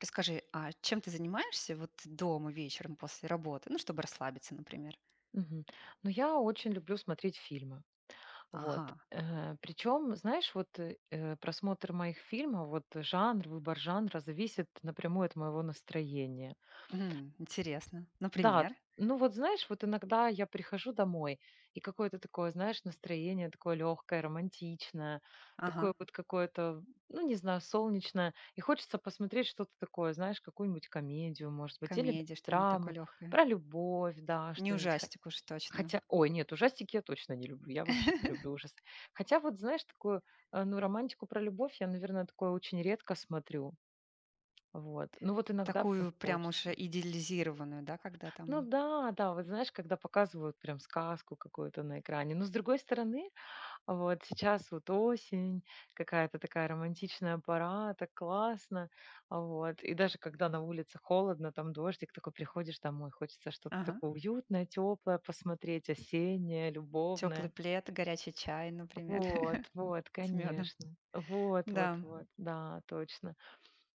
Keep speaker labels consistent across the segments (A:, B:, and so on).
A: Расскажи, а чем ты занимаешься вот дома вечером после работы? Ну, чтобы расслабиться, например.
B: Мгм. Ну, я очень люблю смотреть фильмы. Вот.
A: Ага.
B: Причем, знаешь, вот просмотр моих фильмов, вот жанр, выбор жанра зависит напрямую от моего настроения.
A: М, интересно.
B: Да,
A: Например?
B: ну вот знаешь, вот иногда я прихожу домой, и какое-то такое, знаешь, настроение такое легкое, романтичное,
A: Ага.
B: такое вот какое-то, ну не знаю, солнечное, и хочется посмотреть что-то такое, знаешь, какую-нибудь комедию, может быть, или
A: Комедия, что-нибудь такое
B: драму
A: легкое.
B: про любовь, да,
A: Не
B: что-нибудь.
A: ужастик уж точно.
B: Хотя, ой, нет, ужастики я точно не люблю. Я вообще не люблю ужасы. Хотя вот, знаешь, такую, ну, романтику про любовь я, наверное, такое очень редко смотрю. Вот. Ну вот иногда прям
A: Такую прям уж
B: хочется.
A: идеализированную, да, когда
B: Ну
A: там.
B: да, да, вот знаешь, когда показывают прям сказку какую-то на экране. Но с другой стороны, а вот сейчас вот осень, какая-то такая романтичная пора, так классно. А. Вот. И даже когда на улице холодно, там дождик, такой приходишь домой, хочется что-то
A: Ага.
B: такое уютное, теплое посмотреть, осеннее,
A: Теплый
B: любовное.
A: плед, горячий чай, например.
B: Вот, вот,
A: С медом.
B: конечно. Вот, вот.
A: Да.
B: Да. Вот. Да, точно.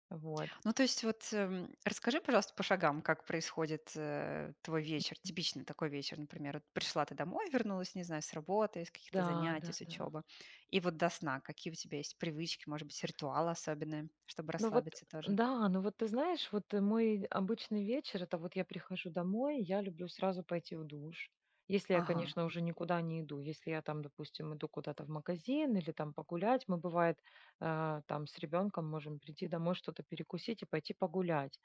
B: Вот.
A: Ну, то есть вот расскажи, пожалуйста, по шагам, как происходит твой вечер, типичный такой вечер, например. Вот пришла ты домой, вернулась, не знаю, с работы, с каких-то
B: Да,
A: занятий,
B: да,
A: с
B: да.
A: учебы. И вот до сна, какие у тебя есть привычки, может быть, ритуалы особенные, чтобы
B: Ну вот,
A: расслабиться тоже?
B: да, ну вот ты знаешь, вот мой обычный вечер, это вот я прихожу домой, я люблю сразу пойти в душ. Если я,
A: Ага,
B: конечно, уже никуда не иду, если я там, допустим, иду куда-то в магазин или там погулять, мы бывает там с ребенком можем прийти домой, что-то перекусить и пойти погулять.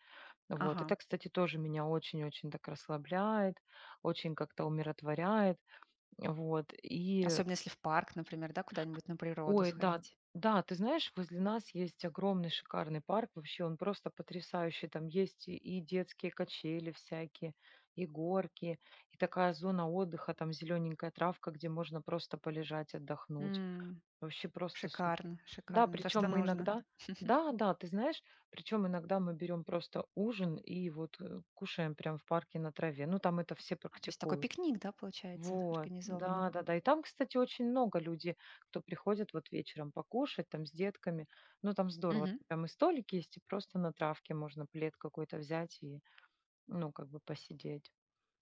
B: Вот.
A: ага.
B: Это, кстати, тоже меня очень-очень так расслабляет, очень как-то умиротворяет. Вот, и
A: Особенно если в парк, например, да, куда-нибудь на природу
B: ой, да,
A: сходить.
B: да, ты знаешь, возле нас есть огромный шикарный парк, вообще он просто потрясающий, там есть и детские качели всякие, и горки, и такая зона отдыха, там зелененькая травка, где можно просто полежать, отдохнуть.
A: М,
B: Вообще просто супер.
A: шикарно,
B: Да,
A: шикарно. То,
B: причем
A: что
B: мы
A: нужно.
B: иногда, да, да, ты знаешь, причем иногда мы берем просто ужин и вот кушаем прям в парке на траве. Ну, там это все
A: А, то есть такой
B: практикуют.
A: пикник, да, получается,
B: Вот,
A: организованный.
B: да-да-да. И там, кстати, очень много людей, кто приходит вот вечером покушать там с детками. Ну, там здорово, прям и столики есть, и просто на травке можно плед какой-то взять и, ну, как бы посидеть.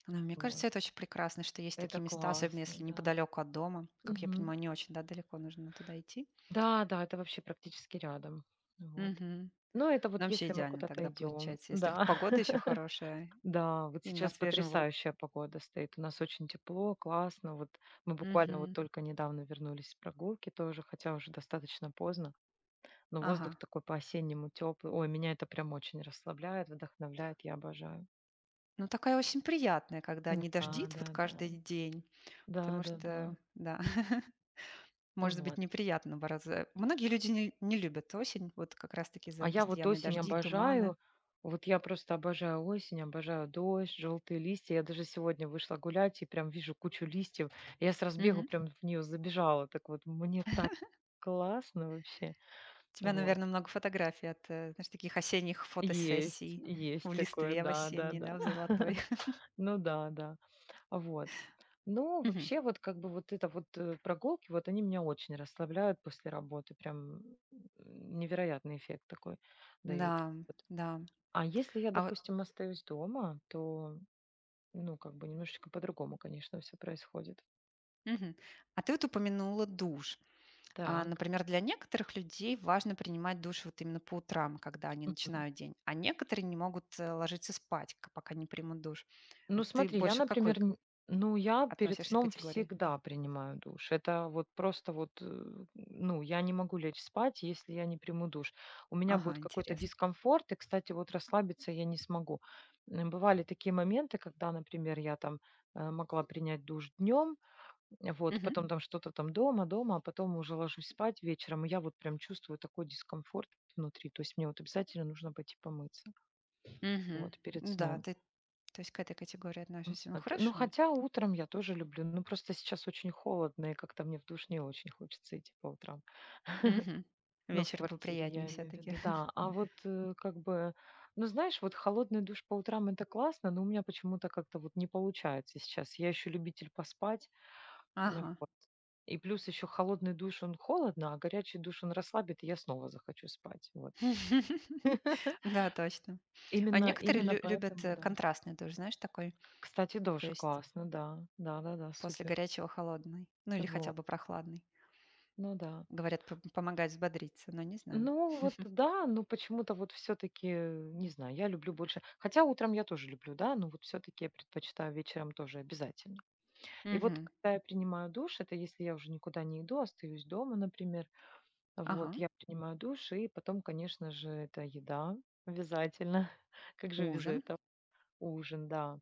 A: Ну, мне
B: Вот.
A: кажется, это очень прекрасно, что есть
B: Это
A: такие места, особенно
B: классно,
A: если
B: да.
A: неподалеку от дома. Как я
B: Мгм.
A: понимаю, не очень, да, далеко нужно туда идти.
B: Да-да, это вообще практически рядом. Вот.
A: Мгм.
B: Но это вот
A: Нам вообще
B: если мы
A: идеально
B: куда-то
A: тогда
B: идем.
A: получается, если
B: Да.
A: погода еще хорошая
B: Да, вот
A: и на
B: сейчас
A: свежем воздухе.
B: потрясающая погода стоит. У нас очень тепло, классно. Вот мы буквально вот
A: Мгм.
B: только недавно вернулись с прогулки тоже, хотя уже достаточно поздно. Но воздух
A: Ага.
B: такой по-осеннему теплый. Ой, меня это прям очень расслабляет, вдохновляет, я обожаю.
A: Ну, такая очень приятная, когда не
B: Да,
A: дождит
B: да,
A: вот
B: да.
A: каждый день,
B: Да,
A: потому
B: да, да.
A: что, да. Может быть
B: Вот.
A: неприятно бороться. Многие люди не любят осень, вот как раз-таки
B: А
A: за
B: я вот
A: постоянные
B: осень
A: дожди, туманы.
B: обожаю. Вот я просто обожаю осень, обожаю дождь, желтые листья. Я даже сегодня вышла гулять и прям вижу кучу листьев. Я с разбегу
A: Мгм.
B: прям в нее забежала. Так вот, мне так классно вообще.
A: У тебя,
B: Вот.
A: наверное, много фотографий знаешь, таких осенних
B: Есть,
A: фотосессий в
B: есть такое,
A: листве в
B: да, да,
A: осенней,
B: да.
A: да, в золотой.
B: Ну да, да. Вот. Ну,
A: Мгм.
B: вообще, вот как бы вот это вот прогулки, вот они меня очень расслабляют после работы. Прям невероятный эффект такой дают.
A: Да, да.
B: А если я,
A: А вот
B: допустим, остаюсь дома, то, ну, как бы немножечко по-другому, конечно, все происходит.
A: мгм. А ты вот упомянула душ. А,
B: Так.
A: например, для некоторых людей важно принимать душ вот именно по утрам, когда они
B: Мгм.
A: начинают день, а некоторые не могут ложиться спать, пока не примут душ.
B: Ну,
A: Вот ты
B: смотри, я,
A: больше к какой
B: например, ну, я перед
A: относишься
B: сном
A: категории?
B: всегда принимаю душ. Это вот просто вот, ну, я не могу лечь спать, если я не приму душ. У меня
A: Ага,
B: будет какой-то
A: интересно.
B: дискомфорт, и, кстати, вот расслабиться я не смогу. Бывали такие моменты, когда, например, я там могла принять душ днем. Вот, и
A: Мгм.
B: потом там что-то там дома, дома, а потом уже ложусь спать вечером, и я вот прям чувствую такой дискомфорт внутри. То есть мне вот обязательно нужно пойти помыться,
A: Мгм.
B: вот, перед
A: Да,
B: сном.
A: ты то есть, к этой категории относишься. Ну,
B: Вот. Ну,
A: хорошо.
B: хотя утром я тоже люблю. Ну, просто сейчас очень холодно, и как-то мне в душ не очень хочется идти по утрам.
A: Мгм.
B: Ну, в
A: Вечер
B: квартире
A: поприятнее
B: я
A: все
B: имею в
A: таки
B: виду, да. А вот как бы, ну, знаешь, вот холодный душ по утрам — это классно, но у меня почему-то как-то вот не получается сейчас. Я еще любитель поспать. Ну
A: Ага.
B: вот. И плюс еще холодный душ, он холодно, а горячий душ, он расслабит, и я снова захочу спать. Вот.
A: Да, точно. А
B: Именно,
A: некоторые
B: именно
A: лю любят,
B: поэтому, да.
A: контрастный душ, знаешь, такой,
B: Кстати,
A: то
B: тоже
A: есть
B: классно, да. Да-да-да,
A: после
B: супер.
A: горячего холодный, ну или хотя
B: Вот.
A: бы прохладный.
B: Ну да.
A: Говорят, п помогает взбодриться, но не знаю.
B: Ну вот, да, но почему-то вот все-таки, не знаю, я люблю больше. Хотя утром я тоже люблю, да, но вот все-таки я предпочитаю вечером тоже обязательно. И вот
A: Мгм.
B: когда я принимаю душ, это если я уже никуда не иду, остаюсь дома, например. Вот,
A: Ага.
B: я принимаю душ, и потом, конечно же, это еда обязательно. Как же без
A: Ужин.
B: этого? Ужин, да.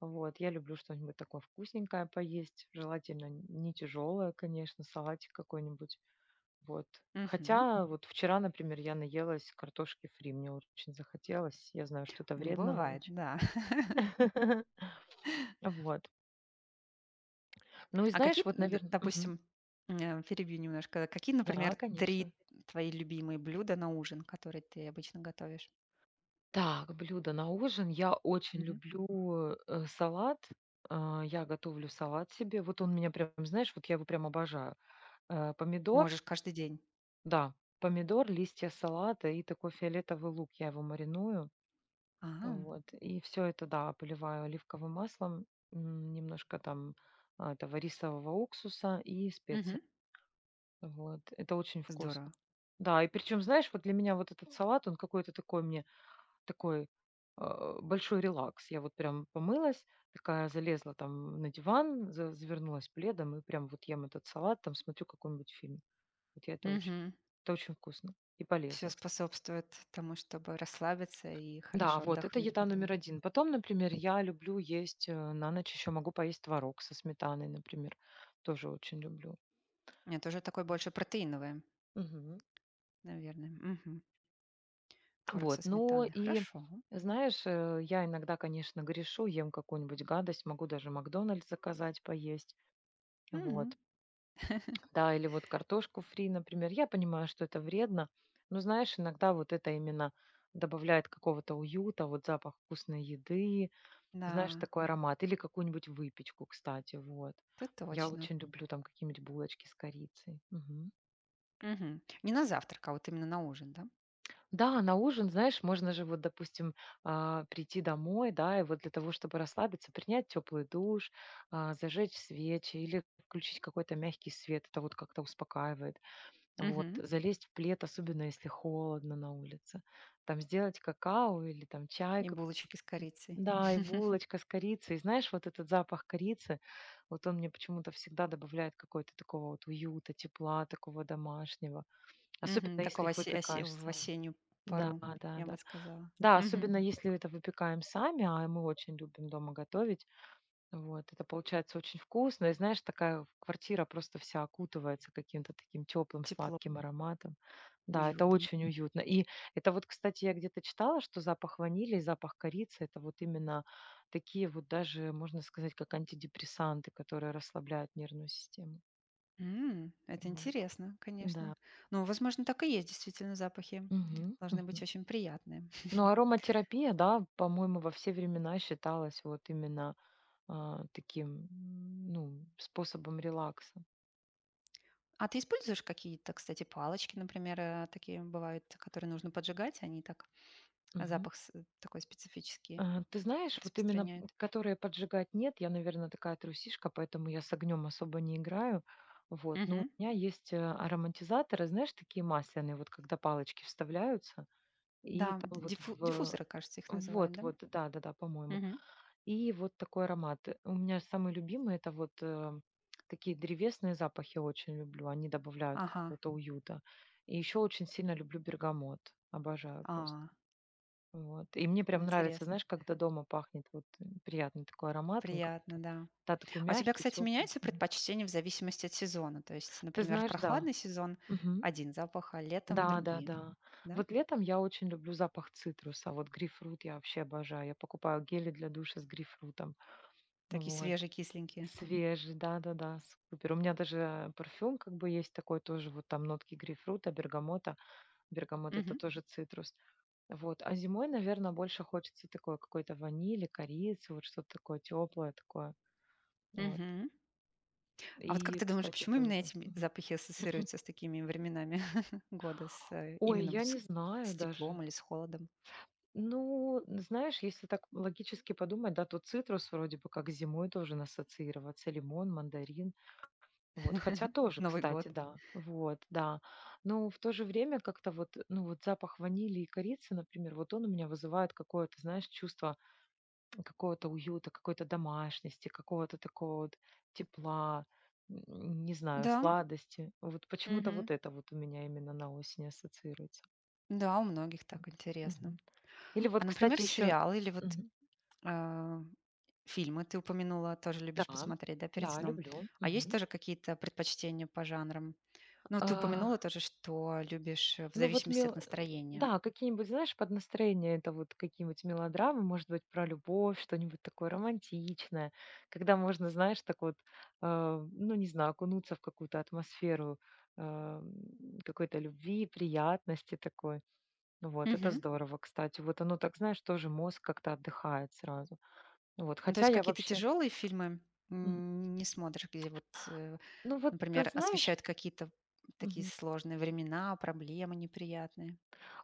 B: Вот, я люблю что-нибудь такое вкусненькое поесть, желательно не тяжелое, конечно, салатик какой-нибудь. Вот.
A: Мгм.
B: Хотя вот вчера, например, я наелась картошки фри, мне очень захотелось. Я знаю, что это
A: Ну,
B: вредно на
A: бывает,
B: ночь.
A: да.
B: Вот. Ну и
A: А какие,
B: знаешь, вот,
A: д
B: наверное...
A: допустим, перебью немножко, какие,
B: Да,
A: например,
B: конечно.
A: 3 твои любимые блюда на ужин, которые ты обычно готовишь?
B: Так, блюдо на ужин. Я очень
A: Мгм.
B: люблю, салат. А, я готовлю салат себе. Вот он меня прям, знаешь, вот я его прям обожаю. Помидор,
A: Можешь каждый день.
B: да, помидор, листья салата и такой фиолетовый лук. Я его мариную.
A: Ага.
B: Вот. И все это, да, поливаю оливковым маслом, немножко там этого рисового уксуса и специи.
A: Мгм.
B: Вот. Это очень вкусно.
A: Здорово.
B: Да, и причем, знаешь, вот для меня вот этот салат, он какой-то такой мне такой, большой релакс. Я вот прям помылась, такая залезла там на диван, завернулась пледом и прям вот ем этот салат, там смотрю какой-нибудь фильм. Вот я
A: Мгм.
B: это очень вкусно и
A: Всё
B: полезно.
A: способствует тому, чтобы расслабиться и
B: Да,
A: хорошо
B: вот это
A: отдохнуть
B: еда
A: потом.
B: номер один. Потом, например, я люблю есть на ночь еще могу поесть творог со сметаной, например, тоже очень люблю.
A: Это уже такой больше протеиновый,
B: Мгм.
A: наверное. Мгм. Творог со
B: Вот, ну
A: сметаной.
B: и
A: Хорошо.
B: знаешь, я иногда, конечно, грешу, ем какую-нибудь гадость, могу даже Макдональдс заказать поесть.
A: Мгм.
B: Вот. Да, или вот картошку фри, например. Я понимаю, что это вредно, но, знаешь, иногда вот это именно добавляет какого-то уюта, вот запах вкусной еды, знаешь,
A: Да,
B: такой аромат. Или какую-нибудь выпечку, кстати, вот.
A: это
B: Я
A: точно.
B: очень люблю там какие-нибудь булочки с корицей. Мгм.
A: Мгм. Не на завтрак, а вот именно на ужин, да?
B: Да, на ужин, знаешь, можно же вот, допустим, прийти домой, да, и вот для того, чтобы расслабиться, принять теплый душ, зажечь свечи или включить какой-то мягкий свет. Это вот как-то успокаивает. Вот,
A: Мгм.
B: залезть в плед, особенно если холодно на улице, там сделать какао или там чай,
A: И
B: как-
A: булочки с корицей.
B: да, и булочка с корицей. Знаешь, вот этот запах корицы, вот он мне почему-то всегда добавляет какой-то такого вот уюта, тепла, такого домашнего.
A: Мгм.
B: Особенно если
A: Такого
B: их
A: осе осе
B: выпекаешь
A: в
B: сам.
A: осеннюю
B: Да,
A: пору,
B: да,
A: я
B: да.
A: бы сказала.
B: Да,
A: Мгм.
B: особенно если это выпекаем сами, а мы очень любим дома готовить, вот, это получается очень вкусно. И знаешь, такая квартира просто вся окутывается каким-то таким теплым
A: Тепло,
B: сладким ароматом. Да, это
A: уютом.
B: очень уютно. И это вот, кстати, я где-то читала, что запах ванили и запах корицы — это вот именно такие вот даже, можно сказать, как антидепрессанты, которые расслабляют нервную систему.
A: М, это
B: Вот.
A: интересно, конечно.
B: Да.
A: Ну, возможно, так и есть, действительно, запахи
B: Мгм.
A: должны быть
B: Мгм.
A: очень приятные.
B: Ну, ароматерапия, да, по-моему, во все времена считалась вот именно таким, ну, способом релакса.
A: А ты используешь какие-то, кстати, палочки, например, такие бывают, которые нужно поджигать, они так
B: Мгм.
A: запах такой специфический
B: А, ты знаешь, вот именно,
A: распространяют?
B: которые поджигать нет. Я, наверное, такая трусишка, поэтому я с огнем особо не играю. Вот, но у
A: Мгм.
B: меня есть, ароматизаторы, знаешь, такие масляные, вот когда палочки вставляются, и
A: Да,
B: там вот в
A: диффузоры, кажется, их называют,
B: вот,
A: да?
B: вот, да-да-да, по-моему.
A: Мгм.
B: И вот такой аромат. У меня самый любимый — это вот, такие древесные запахи очень люблю, они добавляют
A: Ага.
B: какого-то уюта. И еще очень сильно люблю бергамот, обожаю просто.
A: А,
B: Вот. И мне прям нравится,
A: интересно.
B: знаешь, когда дома пахнет, вот приятный такой аромат, он
A: Приятно,
B: как-то,
A: да.
B: да, такой
A: А у тебя,
B: мягкий,
A: кстати,
B: теплый.
A: меняются предпочтения в зависимости от сезона? То есть,
B: Ты
A: например, в
B: знаешь, да.
A: прохладный сезон
B: Мгм.
A: один запах, а летом
B: Да, да,
A: другие,
B: да.
A: да?
B: Вот летом я очень люблю запах цитруса. Вот грейпфрут я вообще обожаю. Я покупаю гели для душа с грейпфрутом.
A: Такие
B: Вот.
A: свежие, кисленькие.
B: Свежий, да, да, да, супер. У меня даже парфюм как бы есть такой тоже, вот там нотки грейпфрута, бергамота. Бергамот — это
A: Мгм.
B: тоже цитрус. Вот. А зимой, наверное, больше хочется такой какой-то ванили, корицы, вот что-то такое теплое такое. Вот.
A: Мгм. А вот как
B: И,
A: ты думаешь,
B: кстати,
A: почему именно
B: тоже.
A: эти
B: Мгм.
A: запахи ассоциируются с такими временами года, с
B: Ой,
A: именно
B: я
A: вот
B: не знаю
A: с
B: даже.
A: теплом или с холодом?
B: Ну, знаешь, если так логически подумать, да, то цитрус вроде бы как зимой должен ассоциироваться, лимон, мандарин, вот, хотя тоже,
A: Новый
B: кстати,
A: год.
B: да, вот, да, но в то же время как-то вот, ну, вот запах ванили и корицы, например, вот он у меня вызывает какое-то, знаешь, чувство какого-то уюта, какой-то домашности, какого-то такого вот тепла, не знаю,
A: Да.
B: сладости. Вот почему-то
A: Мгм.
B: вот это вот у меня именно на осень ассоциируется.
A: Да, у многих
B: Вот.
A: так интересно.
B: Мгм. Или вот,
A: А, например,
B: кстати, еще...
A: сериалы или вот э, Фильмы ты упомянула, тоже любишь
B: Да,
A: посмотреть, да, перед
B: да,
A: сном.
B: люблю.
A: А есть тоже какие-то предпочтения по жанрам? Ну, ты
B: Мгм.
A: упомянула тоже, что любишь в
B: Ну вот
A: зависимости от настроения.
B: да, какие-нибудь, знаешь, под настроение это вот какие-нибудь мелодрамы, может быть, про любовь, что-нибудь такое романтичное, когда можно, знаешь, так вот, ну не знаю, окунуться в какую-то атмосферу, какой-то любви, приятности такой. Вот, это
A: Мгм.
B: здорово, кстати. Вот оно так, знаешь, тоже мозг как-то отдыхает сразу. Вот,
A: Ну, то
B: хотя
A: есть
B: я
A: какие-то
B: вообще
A: тяжелые фильмы
B: мгм.
A: не смотришь, где вот,
B: Ну вот, ты
A: например,
B: знаешь
A: освещают какие-то такие
B: мгм.
A: сложные времена, проблемы неприятные.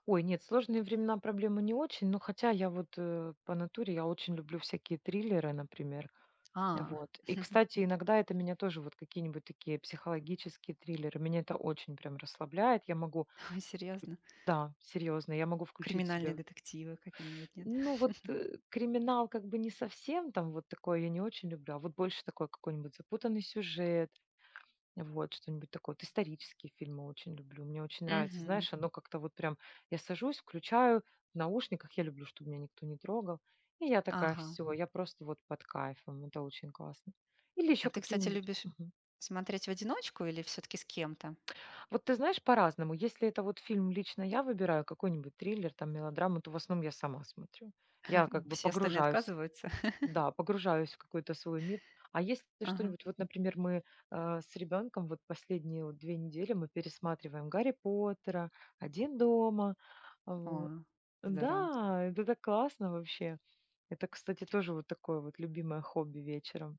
B: Ой, нет, сложные времена проблемы не очень, но хотя я вот по натуре я очень люблю всякие триллеры, например.
A: А,
B: Вот. И, кстати, иногда это меня тоже вот какие-нибудь такие психологические триллеры, меня это очень прям расслабляет. Я могу,
A: серьезно?
B: да, серьезно, я могу включить
A: Криминальные
B: себе,
A: детективы какие-нибудь, нет?
B: ну вот криминал как бы не совсем там вот такое я не очень люблю, а вот больше такой какой-нибудь запутанный сюжет, вот, что-нибудь такое. Вот исторические фильмы очень люблю. Мне очень нравится.
A: Мгм.
B: Знаешь, оно как-то вот прям... Я сажусь, включаю в наушниках. Я люблю, чтобы меня никто не трогал. И я такая,
A: Ага.
B: все, я просто вот под кайфом. Это очень классно. Или
A: А
B: еще
A: ты, кстати,
B: какие-нибудь.
A: любишь
B: Мгм.
A: смотреть в одиночку или все-таки с кем-то?
B: Вот ты знаешь, по-разному. Если это вот фильм лично я выбираю, какой-нибудь триллер, там, мелодраму, то в основном я сама смотрю. Я
A: М,
B: как бы
A: все остальные
B: погружаюсь.
A: отказываются?
B: Да, погружаюсь в какой-то свой мир. А есть ли
A: Ага.
B: что-нибудь, вот, например, мы, с ребенком вот последние вот 2 недели мы пересматриваем "Гарри Поттера", "Один дома". Вот.
A: О, здорово.
B: Да, это так классно вообще. Это, кстати, тоже вот такое вот любимое хобби вечером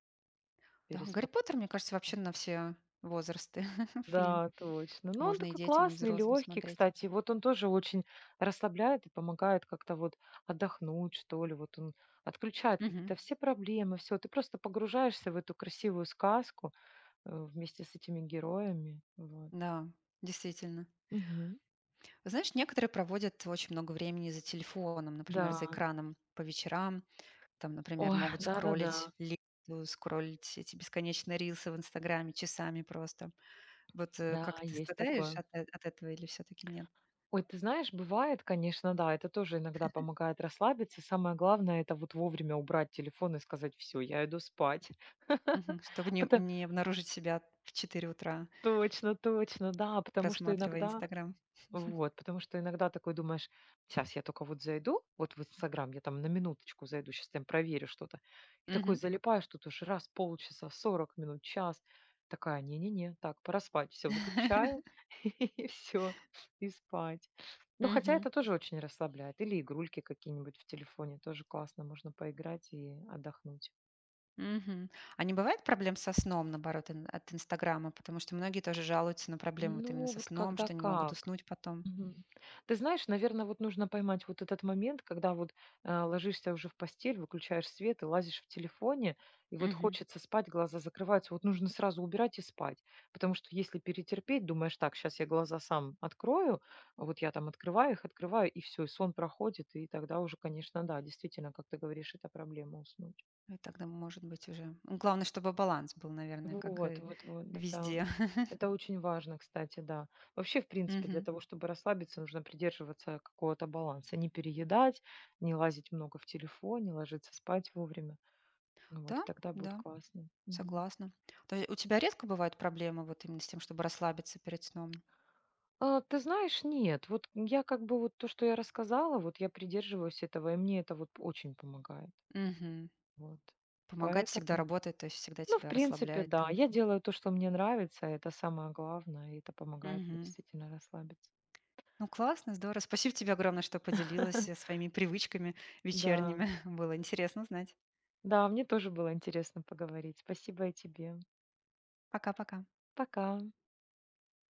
A: Да, «Гарри
B: пересмотреть.
A: Поттер», мне кажется, вообще на все возрасты фильм.
B: Да, точно. Но он
A: Можно и
B: такой
A: детям, и
B: классный,
A: взрослым
B: легкий,
A: смотреть.
B: кстати. Вот он тоже очень расслабляет и помогает как-то вот отдохнуть, что ли. Вот он отключает
A: Мгм.
B: какие-то все проблемы, все. Ты просто погружаешься в эту красивую сказку. Вместе с этими героями. Вот.
A: Да, действительно.
B: Мгм.
A: Знаешь, некоторые проводят очень много времени за телефоном, например,
B: Да.
A: за экраном по вечерам. Там, например,
B: Ой,
A: могут
B: да-да-да.
A: скроллить ленту, скроллить эти бесконечные рилсы в «Инстаграме» часами просто. Вот, как
B: Да,
A: ты
B: есть
A: страдаешь
B: такое.
A: от этого или все таки нет?
B: Ой, ты знаешь, бывает, конечно, да, это тоже иногда помогает расслабиться. Самое главное — это вот вовремя убрать телефон и сказать: "Все, я иду спать".
A: Мгм. Чтобы не
B: Пото
A: не обнаружить себя в 4 утра.
B: точно, точно, да, потому что
A: Просматривая
B: иногда
A: «Инстаграм».
B: вот, потому что иногда такой думаешь: "Сейчас я только вот зайду, вот в "Инстаграм", я там на минуточку зайду, сейчас там проверю что-то". И такой
A: Мгм.
B: залипаешь, тут уж раз полчаса, 40 минут, час. Такая: "Не-не-не, так, пора спать". Всё, выключаю и все и спать. Но хотя
A: Мгм.
B: это тоже очень расслабляет. Или игрульки какие-нибудь в телефоне тоже классно, можно поиграть и отдохнуть.
A: Мгм. А не бывает проблем со сном, наоборот, ин от «Инстаграма»? Потому что многие тоже жалуются на проблемы вот именно
B: Ну,
A: со
B: вот
A: сном,
B: когда
A: что не могут
B: как.
A: уснуть потом.
B: Мгм. Ты знаешь, наверное, вот нужно поймать вот этот момент, когда вот ложишься уже в постель, выключаешь свет и лазишь в телефоне, и вот
A: Мгм.
B: хочется спать, глаза закрываются, вот нужно сразу убирать и спать. Потому что если перетерпеть, думаешь, так, сейчас я глаза сам открою, а вот я там открываю их, открываю, и все, и сон проходит, и тогда уже, конечно, да, действительно, как ты говоришь, это проблема уснуть.
A: И тогда, может быть, уже, ну, главное, чтобы баланс был, наверное, как
B: Вот,
A: и
B: вот, вот, да.
A: везде.
B: Это очень важно, кстати, да. Вообще, в принципе, для
A: Мгм.
B: того, чтобы расслабиться, нужно придерживаться какого-то баланса. Не переедать, не лазить много в телефоне, ложиться спать вовремя. Ну вот,
A: Да,
B: и тогда будет
A: да,
B: классно. Мгм.
A: согласна. То е у тебя редко бывают проблемы вот именно с тем, чтобы расслабиться перед сном?
B: А, ты знаешь, нет, вот я как бы вот то, что я рассказала, вот я придерживаюсь этого, и мне это вот очень помогает.
A: Мгм.
B: Вот.
A: Помогать всегда
B: Поэтому,
A: работает, то есть всегда
B: ну, в
A: тебя
B: принципе,
A: расслабляет,
B: да,
A: и.
B: я делаю то, что мне нравится, это самое главное, и это помогает мне
A: Мгм.
B: действительно расслабиться.
A: Ну, классно, здорово. Спасибо тебе огромное, что поделилась своими привычками
B: Да.
A: вечерними. Было интересно знать.
B: Да, мне тоже было интересно поговорить. Спасибо и тебе.
A: Пока-пока.
B: Пока.